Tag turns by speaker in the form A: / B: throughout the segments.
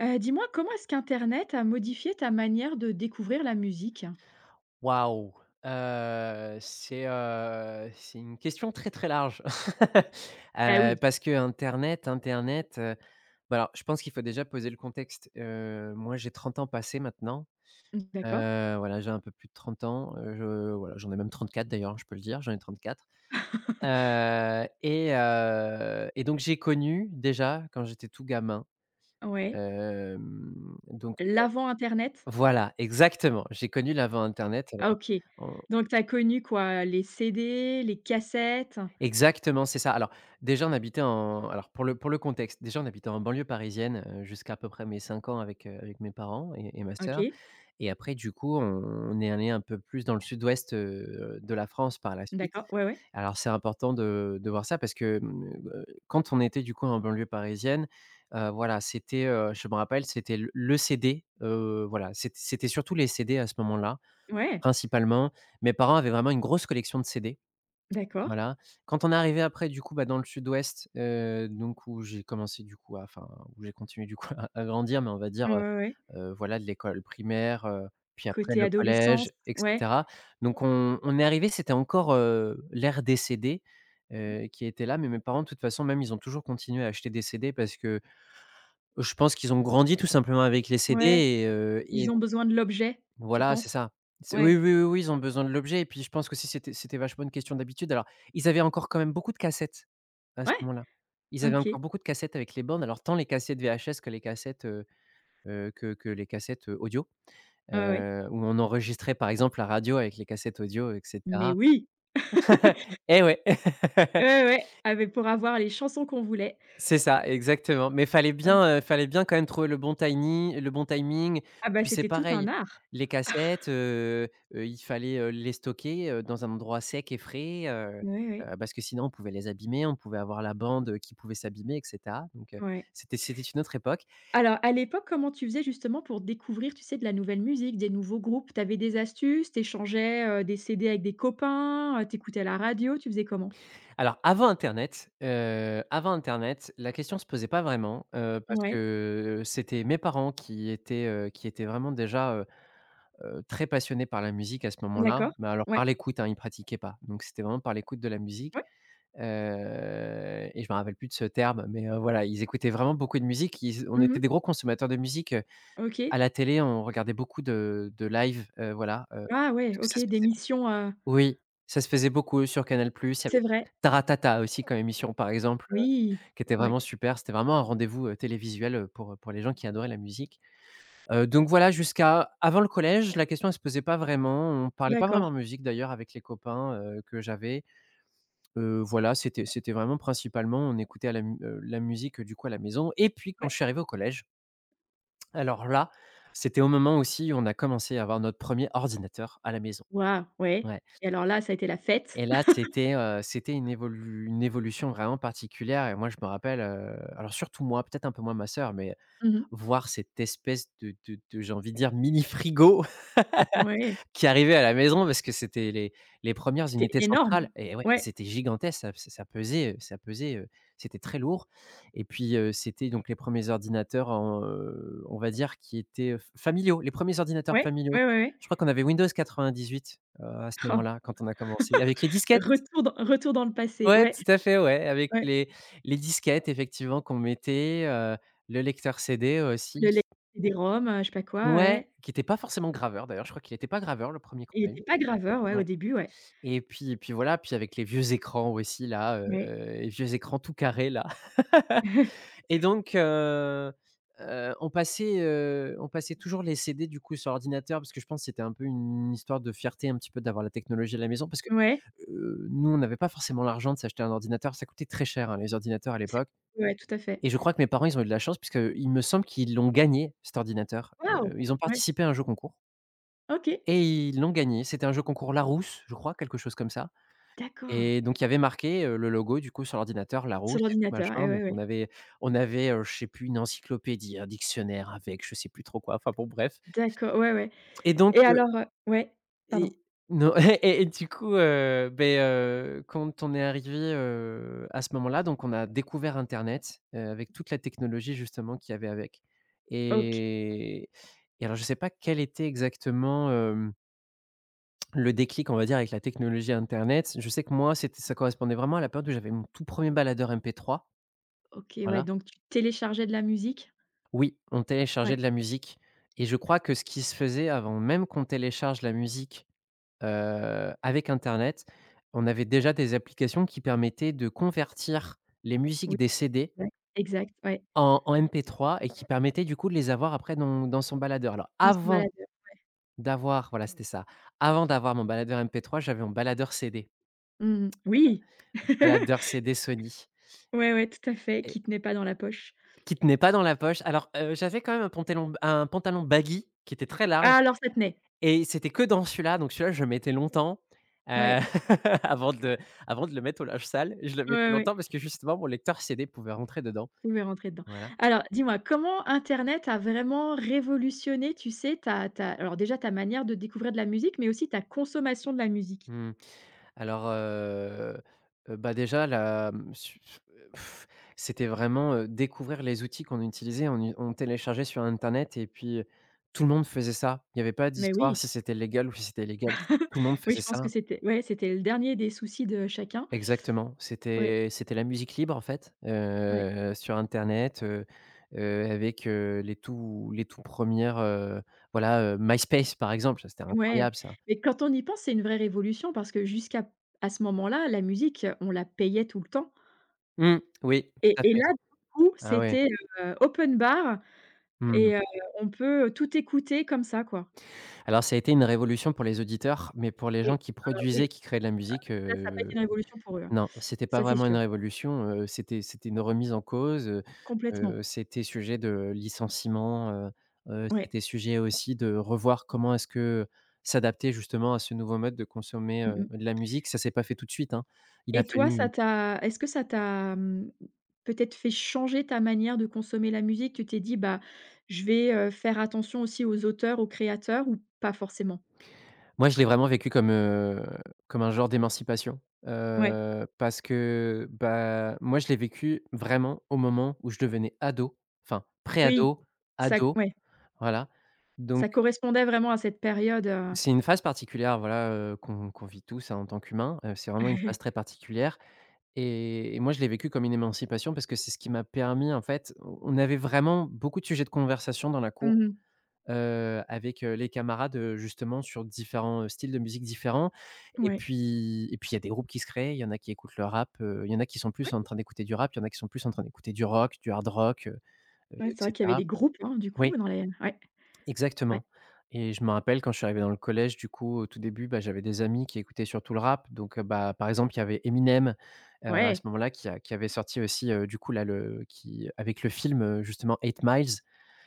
A: Dis-moi, comment est-ce qu'internet a modifié ta manière de découvrir la musique?
B: Waouh! C'est une question très, très large.
A: Ah oui,
B: Parce que internet, heu, bah, alors je pense qu'il faut déjà poser le contexte. Moi, j'ai 30 ans passés maintenant.
A: mmh, d'accord.
B: Voilà, j'ai un peu plus de 30 ans. Je Voilà, j'en ai même 34 d'ailleurs, je peux le dire, j'en ai 34. Donc j'ai connu déjà quand j'étais tout gamin,
A: Ouais.
B: hem, donc
A: L'avant internet?
B: voilà, exactement, j'ai connu l'avant internet
A: Ah
B: alors.
A: OK. Donc tu as connu quoi? Les CD, les cassettes?
B: Exactement, c'est ça. Alors déjà, on habitait en alors pour le contexte, déjà, on habitait en banlieue parisienne, jusqu'à à peu près mes 5 ans avec, avec mes parents et ma sœur
A: OK,
B: et après du coup, on est allé un peu plus dans le sud-ouest, de la France par la suite.
A: d'accord. Ouais, ouais.
B: Alors c'est important de voir ça parce que, quand on était du coup en banlieue parisienne, voilà, c'était, je me rappelle, c'était le CD, voilà, c'était surtout les CD à ce moment-là,
A: Ouais,
B: principalement. Mes parents avaient vraiment une grosse collection de CD.
A: d'accord.
B: Voilà. Quand on est arrivé après du coup, bah, dans le sud-ouest, donc où j'ai commencé du coup à enfin, où j'ai continué du coup à grandir, mais on va dire,
A: Ouais, ouais, ouais.
B: voilà, de l'école primaire, puis après
A: Côté
B: le
A: adolescence.
B: collège et
A: Ouais,
B: cetera. Donc on est arrivé, c'était encore, l'ère des CD, qui était là, mais mes parents de toute façon même ils ont toujours continué à acheter des CD parce que je pense qu'ils ont grandi tout simplement avec les CD
A: ouais.
B: et
A: Ils ont besoin de l'objet, tu
B: voilà,
A: penses?
B: c'est ça. C'est oui,
A: Ouais,
B: oui, oui, oui, ils ont besoin de l'objet et puis je pense qu'aussi c'était vachement une question d'habitude. Alors, ils avaient encore quand même beaucoup de cassettes à ce
A: ouais,
B: moment-là. Ils avaient
A: OK.
B: encore beaucoup de cassettes avec les bornes, alors tant les cassettes VHS que les cassettes, que les cassettes, audio,
A: Ouais, ouais.
B: où on enregistrait par exemple la radio avec les cassettes audio et
A: Mais
B: cetera.
A: oui!
B: Eh ouais!
A: Ouais, ouais, ouais. Ah beh, pour avoir les chansons qu'on voulait.
B: C'est ça, exactement, mais
A: Ouais.
B: fallait bien quand même trouver le bon timing, le bon timing.
A: Ah bah,
B: Puis c'est
A: c'était tout
B: pareil,
A: un art.
B: les cassettes, il fallait, les stocker, dans un endroit sec et frais,
A: Ouais, ouais,
B: parce que sinon on pouvait les abîmer, on pouvait avoir la bande, qui pouvait s'abîmer et cetera, donc
A: ouais.
B: c'était une autre époque.
A: Alors, à l'époque, comment tu faisais justement pour découvrir, tu sais, de la nouvelle musique, des nouveaux groupes? T'avais des astuces? T'échangeais des CD avec des copains? Tu écoutais la radio? Tu faisais comment?
B: Alors avant internet, la question se posait pas vraiment, parce
A: Ouais,
B: que c'était mes parents qui étaient vraiment déjà, très passionné par la musique à ce moment-là,
A: d'accord.
B: mais alors
A: Ouais,
B: par l'écoute, hein, il pratiquait pas. Donc c'était vraiment par l'écoute de la musique,
A: ouais.
B: et je me rappelle plus de ce terme, mais voilà, ils écoutaient vraiment beaucoup de musique. Ils on
A: Mmh,
B: était des gros consommateurs de musique. À
A: OK.
B: la télé, on regardait beaucoup de live, voilà,
A: Ah ouais,
B: parce que
A: OK,
B: ça se
A: des
B: faisait,
A: missions,
B: oui, ça se faisait beaucoup sur Canal+. Il y avait
A: c'est vrai.
B: Taratata aussi comme émission, par exemple,
A: Oui.
B: qui était
A: Ouais,
B: vraiment super. C'était vraiment un rendez-vous, télévisuel, pour les gens qui adoraient la musique. Donc voilà, jusqu'à avant le collège, la question ne se posait pas vraiment. On parlait pas
A: d'accord.
B: vraiment musique d'ailleurs avec les copains, que j'avais. Voilà, c'était vraiment principalement on écoutait à la musique, du coup à la maison et puis quand
A: Ouais.
B: je suis arrivé au collège, alors là, c'était au moment aussi où on a commencé à avoir notre premier ordinateur à la maison.
A: Waouh, ouais,
B: Ouais,
A: et alors là, ça a été la fête.
B: et là c'était une évolu une évolution vraiment particulière et moi je me rappelle, alors surtout moi, peut-être un peu moins ma sœur, mais
A: Mmh.
B: voir cette espèce de j'ai envie de dire mini frigo,
A: Ouais,
B: qui arrivaient à la maison parce que c'était les premières
A: c'était
B: unités
A: énorme.
B: centrales et ouais,
A: Ouais,
B: c'était gigantesque, ça pesait, ça pesait, c'était très lourd et puis, c'était donc les premiers ordinateurs en, on va dire qui étaient, familiaux, les premiers ordinateurs
A: ouais,
B: familiaux.
A: ouais, ouais, ouais.
B: Je crois qu'on avait Windows 98, à ce
A: Oh,
B: moment-là, quand on a commencé avec les disquettes.
A: retour dans le passé.
B: Ouais,
A: Ouais,
B: tout à fait, ouais, avec
A: ouais.
B: les disquettes effectivement qu'on mettait, le lecteur CD
A: Le
B: aussi.
A: lait, les CD-ROM, je sais pas quoi,
B: Ouais,
A: ouais.
B: qui n'était pas forcément graveur d'ailleurs, je crois qu'il n'était pas graveur le premier qu'on
A: Il
B: a eu.
A: était pas graveur, ouais, au
B: Ouais.
A: début, ouais.
B: Et puis voilà, puis avec les vieux écrans aussi là,
A: Ouais.
B: les vieux écrans tout carrés là et donc on passait toujours les CD du coup sur ordinateur parce que je pense que c'était un peu une histoire de fierté un petit peu d'avoir la technologie à la maison parce que,
A: Ouais.
B: nous on n'avait pas forcément l'argent de s'acheter un ordinateur, ça coûtait très cher, hein, les ordinateurs à
A: C'est
B: l'époque
A: ouais, tout à fait.
B: et je crois que mes parents ils ont eu de la chance puisque il me semble qu'ils l'ont gagné cet ordinateur.
A: Waouh!
B: Ils ont
A: Ouais.
B: participé à un jeu concours
A: OK.
B: et ils l'ont gagné. C'était un jeu concours Larousse, je crois, quelque chose comme ça.
A: D'accord.
B: Et donc il y avait marqué, le logo du coup sur l'ordinateur,
A: Sur
B: Larousse et tout
A: l'ordinateur, eh
B: machin,
A: ouais,
B: donc on
A: ouais.
B: avait on avait, je sais plus, une encyclopédie, un dictionnaire avec je sais plus trop quoi, enfin bon bref.
A: D'accord, ouais, ouais.
B: Et donc,
A: Et alors, ouais, pardon.
B: et non, et du coup, quand on est arrivé, à ce moment-là, donc on a découvert internet, avec toute la technologie justement qu'il y avait avec.
A: OK,
B: Et et alors je sais pas quel était exactement, hem le déclic, on va dire, avec la technologie internet. Je sais que moi, c'était ça correspondait vraiment à la période où j'avais mon tout premier er baladeur MP3,
A: OK, ouais,
B: voilà.
A: donc tu téléchargeais de la musique?
B: Oui, on téléchargeait
A: Ouais.
B: de la musique et je crois que ce qui se faisait avant même qu'on télécharge la musique, avec internet, on avait déjà des applications qui permettaient de convertir les
A: Oui,
B: musiques des CD
A: ouais, exact, ouais,
B: en MP3 et qui permettaient du coup de les avoir après dans son baladeur. Alors
A: dans son
B: avant
A: baladeur.
B: d'avoir voilà, c'était ça, avant d'avoir mon baladeur MP3, j'avais mon baladeur CD,
A: Mmh. Oui!
B: baladeur CD Sony,
A: Ouais, ouais, tout à fait, qui tenait pas dans la poche.
B: qui tenait pas dans la poche. Alors, j'avais quand même un pantalon baggy qui était très large
A: Ah alors ça tenait.
B: et c'était que dans celui-là, donc celui-là, je le mettais longtemps, heu,
A: Ouais.
B: avant de avant de le mettre au linge sale. Je le
A: Ouais,
B: mettais
A: ouais.
B: longtemps parce que justement mon lecteur CD pouvait rentrer dedans.
A: Vous pouvez rentrer dedans.
B: Voilà.
A: Alors, dis-moi, comment internet a vraiment révolutionné, tu sais, ta alors déjà ta manière de découvrir de la musique, mais aussi ta consommation de la musique?
B: Mmh. Alors, bah, déjà la, mmh, su c'était vraiment, découvrir les outils qu'on utilisait. On téléchargeait sur internet et puis, tout le monde faisait ça. Il y avait pas
A: Mais
B: d'histoire
A: oui,
B: si c'était légal ou si c'était illégal. Tout le monde
A: oui,
B: faisait
A: je pense que
B: ça.
A: c'était ouais, c'était le dernier des soucis de chacun.
B: Exactement,
A: Ouais,
B: c'était la musique libre en fait,
A: ouais,
B: sur internet, avec, les tout premières, voilà, MySpace par exemple, ça c'était
A: ouais,
B: incroyable ça.
A: mais quand on y pense, c'est une vraie révolution parce que jusqu'à à ce moment-là, la musique, on la payait tout le temps
B: Mmh, oui, tout à
A: et
B: fait.
A: là, du coup,
B: Ah ouais,
A: c'était, open bar
B: mmh.
A: et on peut tout écouter comme ça, quoi.
B: Alors ça a été une révolution pour les auditeurs, mais pour les
A: Oui,
B: gens qui
A: alors oui,
B: produisaient, qui créaient de la musique.
A: là, ça a pas été une révolution pour eux, hein.
B: Non, c'était pas
A: Ça, c'est
B: vraiment une
A: sûr.
B: révolution, c'était une remise en cause,
A: Complètement,
B: c'était sujet de licenciement,
A: ouais.
B: c'était sujet aussi de revoir comment est-ce que s'adapter justement à ce nouveau mode de consommer,
A: Mmh mh.
B: de la musique. Ça s'est pas fait tout de suite, hein. Il a
A: Et toi,
B: fallu.
A: ça t'a est-ce que ça t'a, mmh, peut-être fait changer ta manière de consommer la musique? Tu t'es dit: «Bah, je vais, faire attention aussi aux auteurs, aux créateurs» ou pas forcément?
B: Moi, je l'ai vraiment vécu comme, comme un genre d'émancipation,
A: Ouais,
B: parce que bah, moi, je l'ai vécu vraiment au moment où je devenais ado, enfin
A: oui,
B: pré-ado,
A: ça
B: ado,
A: ouais,
B: voilà donc.
A: ça correspondait vraiment à cette période,
B: C'est une phase particulière, voilà, qu'on vit tous, hein, en tant qu'humains. C'est vraiment une
A: mmh.
B: phase très particulière et moi, je l'ai vécu comme une émancipation parce que c'est ce qui m'a permis, en fait on avait vraiment beaucoup de sujets de conversation dans la cour, avec, les camarades, justement sur différents, styles de musique différents et
A: Ouais,
B: puis et puis il y a des groupes qui se créent. Il y en a qui écoutent le rap, il y en a qui sont plus
A: ouais,
B: en train d'écouter du rap, il y en a qui sont plus en train d'écouter du rock, du hard rock,
A: ouais,
B: et
A: c'est vrai qu'il y avait
B: cetera.
A: des groupes, hein, du
B: Oui.
A: coup, dans les ouais, ouais,
B: Exactement, et je me rappelle quand je suis arrivé dans le collège, du coup, au tout début, bah, j'avais des amis qui écoutaient surtout le rap. Donc, bah, par exemple, il y avait Eminem, à ce
A: ouais,
B: moment-là qui avait sorti aussi, du coup, là, le qui avec le film, justement Eight Miles.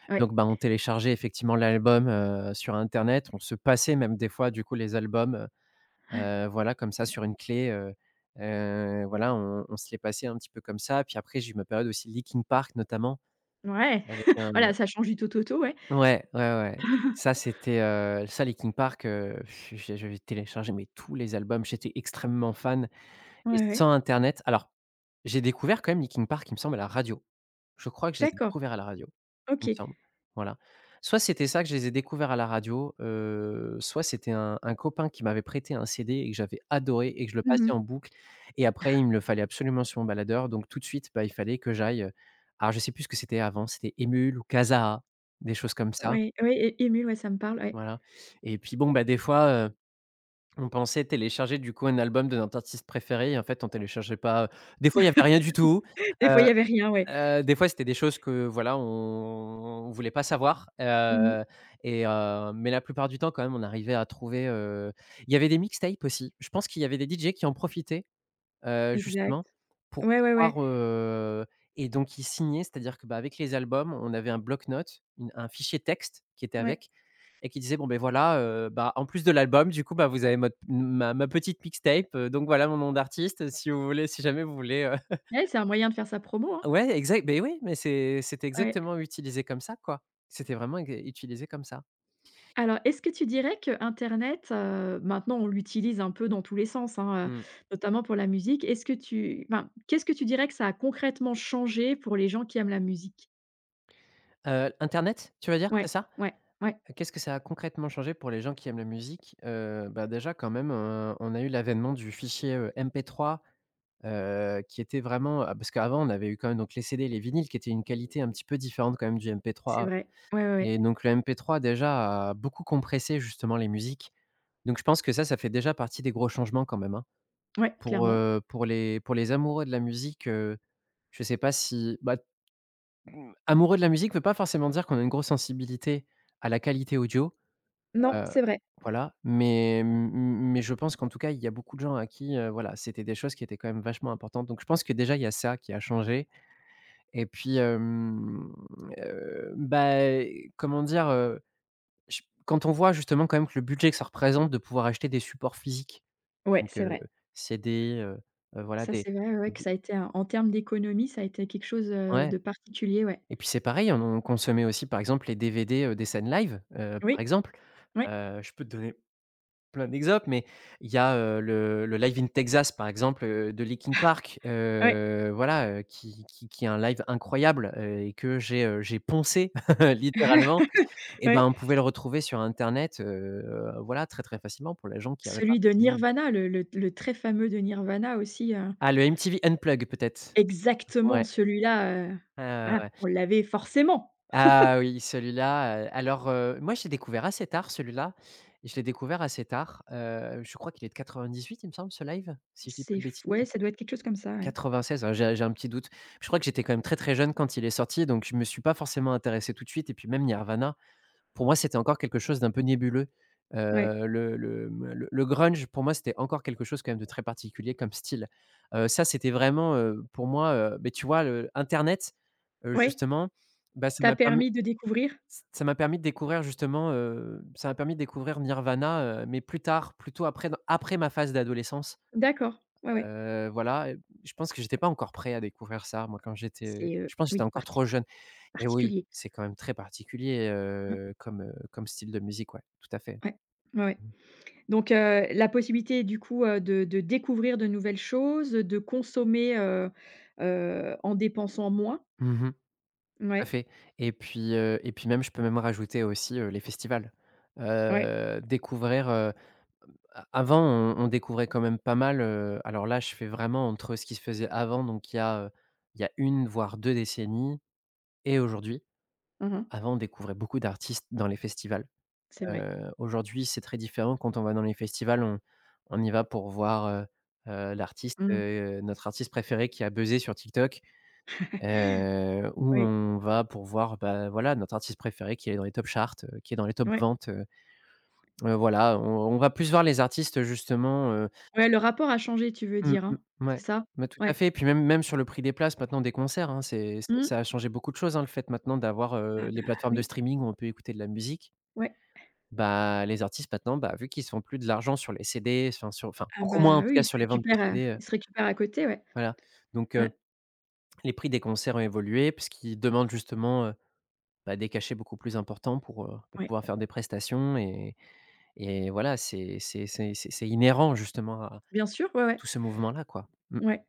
A: ouais,
B: Donc, bah, on téléchargeait effectivement l'album, sur internet. On se passait même des fois, du coup, les albums, voilà, comme ça sur une clé. Voilà, on se les passait un petit peu comme ça. Puis après, j'ai eu ma période aussi Linkin Park, notamment
A: ouais.
B: avec un...
A: Voilà, ça change du tout. Ouais.
B: Ouais, ouais, ouais. Ça, c'était, Linkin Park, pff, j'ai j'avais téléchargé mais tous les albums. J'étais extrêmement fan, et
A: Ouais, ouais.
B: sans internet alors, j'ai découvert quand même Linkin Park, il me semble, à la radio. Je crois que je les ai
A: D'accord,
B: découverts à la radio, il me
A: OK.
B: semble. Voilà. Soit c'était ça, que je les ai découverts à la radio, soit c'était un copain qui m'avait prêté un CD et que j'avais adoré et que je le passais
A: Mmh.
B: en boucle, et après il me le fallait absolument sur mon baladeur. Donc tout de suite, bah, il fallait que j'aille, alors je sais plus ce que c'était avant, c'était Emule ou Kazaa, des choses comme ça,
A: Ouais, ouais, é Emule, ouais, ça me parle, ouais.
B: voilà. Et puis bon, bah, des fois, on pensait télécharger du coup un album de notre artiste préféré et en fait on téléchargeait pas. Des fois il y avait rien du tout,
A: Des
B: heu
A: fois, il y avait rien, ouais.
B: des fois c'était des choses que, voilà, on voulait pas savoir.
A: Mmh mh.
B: Mais la plupart du temps quand même on arrivait à trouver. Il y avait des mixtapes aussi. Je pense qu'il y avait des DJ qui en profitaient, justement,
A: Exact.
B: pour
A: Ouais, ouais, ouais.
B: pouvoir... Et donc ils signaient, c'est-à-dire que, bah, avec les albums, on avait un bloc-notes, une un fichier texte qui était
A: Ouais.
B: avec, et qui disait bon ben voilà, bah, en plus de l'album du coup, bah, vous avez mot ma petite mixtape, donc voilà mon nom d'artiste, si vous voulez, si jamais vous voulez...
A: Ouais, c'est un moyen de faire sa promo, hein.
B: Ouais, exact, ben oui, mais c'était
A: Ouais.
B: exactement utilisé comme ça, quoi. C'était vraiment ex utilisé comme ça.
A: Alors, est-ce que tu dirais qu'internet, maintenant, on l'utilise un peu dans tous les sens, hein,
B: Mmh.
A: notamment pour la musique. Est-ce que tu enfin, qu'est-ce que tu dirais que ça a concrètement changé pour les gens qui aiment la musique?
B: Internet, tu vas dire, c'est
A: Ouais,
B: ça?
A: ouais, ouais,
B: Qu'est-ce que ça a concrètement changé pour les gens qui aiment la musique? Bah, déjà quand même, on a eu l'avènement du fichier, MP3, qui était vraiment... Parce qu'avant on avait eu quand même donc les CD et les vinyles qui étaient une qualité un petit peu différente quand même du
A: c'est
B: MP3.
A: vrai. Ouais, ouais, ouais.
B: Et donc le MP3 déjà a beaucoup compressé justement les musiques. Donc je pense que ça fait déjà partie des gros changements quand même, hein.
A: Ouais, clairement.
B: Pour les amoureux de la musique, je sais pas si... bah, mmh, amoureux de la musique ne veut pas forcément dire qu'on a une grosse sensibilité à la qualité audio.
A: Non,
B: heu,
A: c'est vrai.
B: voilà, mais je pense qu'en tout cas, il y a beaucoup de gens à qui, voilà, c'était des choses qui étaient quand même vachement importantes. Donc je pense que déjà il y a ça qui a changé. Et puis, bah, comment dire, Je quand on voit justement quand même que le budget que ça représente de pouvoir acheter des supports physiques,
A: Ouais,
B: donc
A: c'est vrai.
B: CD, voilà
A: Ça,
B: des...
A: c'est vrai, ouais, ouais, que
B: des...
A: ça a été un en termes d'économie, ça a été quelque chose,
B: ouais.
A: de particulier, ouais.
B: Et puis c'est pareil, on consommait aussi par exemple les DVD, des scènes live, par
A: Oui,
B: exemple.
A: ouais,
B: Je peux te donner plein d'exemples, mais il y a, le Live in Texas par exemple, de Linkin Park,
A: ouais,
B: voilà, qui qui est un live incroyable, et que j'ai poncé littéralement, et ben,
A: ouais.
B: on pouvait le retrouver sur internet, voilà, très, très facilement, pour les gens qui n'avaient pas
A: Celui de
B: forcément...
A: Nirvana, le très fameux de Nirvana aussi,
B: Ah, le MTV Unplugged peut-être?
A: exactement
B: Ouais.
A: celui-là,
B: Ouais, ouais,
A: voilà,
B: ouais.
A: on l'avait forcément.
B: Ah oui, celui-là, moi je l'ai découvert assez tard, celui-là. Je l'ai découvert assez tard, je crois qu'il est de 98, il me semble, ce live, si je dis pas
A: C'est
B: de
A: f
B: bêtises?
A: ouais, ça doit être quelque chose comme ça, ouais.
B: 96, ah, j'ai un petit doute. Je crois que j'étais quand même très, très jeune quand il est sorti, donc je me suis pas forcément intéressé tout de suite. Et puis même Nirvana, pour moi, c'était encore quelque chose d'un peu nébuleux.
A: Ouais.
B: Le grunge, pour moi, c'était encore quelque chose quand même de très particulier comme style. Ça, c'était vraiment, pour moi, beh, tu vois, le internet,
A: Oui,
B: justement, bah, ça
A: t'a
B: m'a permis...
A: permis de découvrir?
B: ça m'a permis de découvrir Nirvana, mais plus tard, plutôt après ma phase d'adolescence.
A: D'accord, ouais, ouais.
B: Voilà. Et je pense que j'étais pas encore prêt à découvrir ça, moi, quand j'étais
A: C'est,
B: je pense que j'étais
A: oui,
B: encore
A: parti
B: trop jeune. Et oui,
A: particulier.
B: c'est quand même très particulier,
A: Mmh,
B: comme, comme style de musique, ouais, tout à fait.
A: ouais, ouais, ouais.
B: Mmh.
A: Donc la possibilité du coup, de découvrir de nouvelles choses, de consommer, en dépensant moins.
B: Mmh mh. Tout à
A: Ouais,
B: fait. Et puis, et puis même, je peux même rajouter aussi, les festivals.
A: ouais.
B: Découvrir... a Avant, on découvrait quand même pas mal, alors là, je fais vraiment entre ce qui se faisait avant, donc il y a une voire 2 décennies, et aujourd'hui.
A: Mmh.
B: Avant, on découvrait beaucoup d'artistes dans les festivals.
A: C'est vrai.
B: Aujourd'hui, c'est très différent: quand on va dans les festivals, on y va pour voir, l'artiste,
A: Mmh.
B: notre artiste préféré qui a buzzé sur TikTok, ou
A: Oui,
B: on va pour voir, bah, voilà, notre artiste préféré qui est dans les top charts, qui est dans les top
A: ouais.
B: ventes. Voilà, on va plus voir les artistes justement.
A: Ouais, le rapport a changé, tu veux
B: Mmh
A: dire, hein?
B: mh,
A: C'est
B: ouais.
A: ça?
B: Mais tout à
A: Ouais.
B: fait. Et puis même, sur le prix des places maintenant des concerts, hein, c'est... ça
A: Mmh.
B: ça a changé beaucoup de choses, hein, le fait maintenant d'avoir,
A: Ah
B: les
A: bah,
B: plateformes de
A: oui.
B: streaming où on peut écouter de la musique.
A: Ouais.
B: Bah, les artistes maintenant, bah, vu qu'ils se font plus de l'argent sur les CD,
A: Ah
B: beaucoup moins
A: bah,
B: en tout
A: oui,
B: cas
A: il se
B: sur les ventes de
A: récupère,
B: CD,
A: ils se récupère à côté, ouais.
B: voilà. Donc
A: Ouais,
B: les prix des concerts ont évolué, puisqu'ils demandent justement, bah, des cachets beaucoup plus importants pour
A: ouais.
B: pouvoir faire des prestations. Et voilà, c'est inhérent justement à
A: Bien sûr, ouais, ouais.
B: tout ce mouvement-là, quoi. Mmh.
A: Ouais.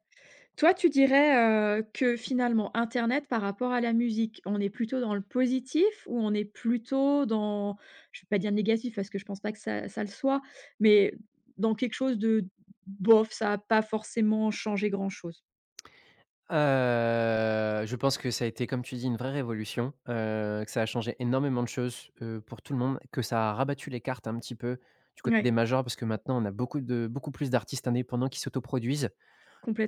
A: Toi, tu dirais, que finalement internet par rapport à la musique, on est plutôt dans le positif ou on est plutôt dans je vais pas dire négatif parce que je pense pas que ça ça le soit, mais dans quelque chose de bof, ça a pas forcément changé grand chose?
B: Je pense que ça a été, comme tu dis, une vraie révolution, que ça a changé énormément de choses, pour tout le monde, que ça a rabattu les cartes un petit peu du côté des
A: Ouais,
B: majors, parce que maintenant on a beaucoup de beaucoup plus d'artistes indépendants qui s'autoproduisent,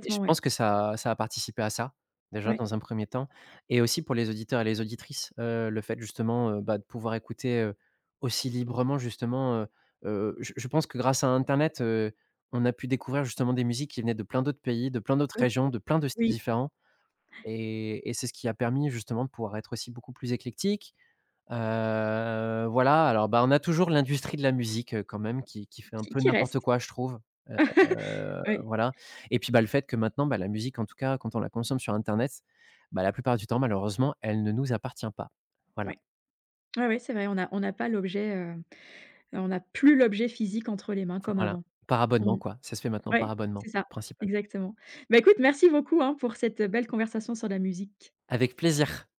B: et je
A: ouais.
B: pense que ça a participé à ça, déjà
A: Ouais.
B: dans un premier temps. Et aussi pour les auditeurs et les auditrices, le fait justement, bah, de pouvoir écouter, aussi librement justement, je pense que grâce à internet, on a pu découvrir justement des musiques qui venaient de plein d'autres pays, de plein d'autres
A: Oui,
B: régions, de plein de styles
A: oui,
B: différents. Et c'est ce qui a permis justement de pouvoir être aussi beaucoup plus éclectique. Voilà, alors, bah, on a toujours l'industrie de la musique, quand même, qui fait un
A: qui
B: peu
A: qui
B: n'importe
A: reste.
B: quoi, je trouve. Heu,
A: Ouais,
B: voilà. Et puis, bah, le fait que maintenant, bah, la musique en tout cas quand on la consomme sur internet, bah, la plupart du temps malheureusement, elle ne nous appartient pas. Voilà,
A: ouais. Ouais, ouais, c'est vrai, on a on n'a pas l'objet, on n'a plus l'objet physique entre les mains comme
B: voilà.
A: avant.
B: Par abonnement,
A: Mmh.
B: quoi, ça se fait maintenant par
A: Ouais,
B: abonnement,
A: c'est ça,
B: principalement.
A: exactement. Bah, écoute, merci beaucoup, hein, pour cette belle conversation sur la musique.
B: Avec plaisir.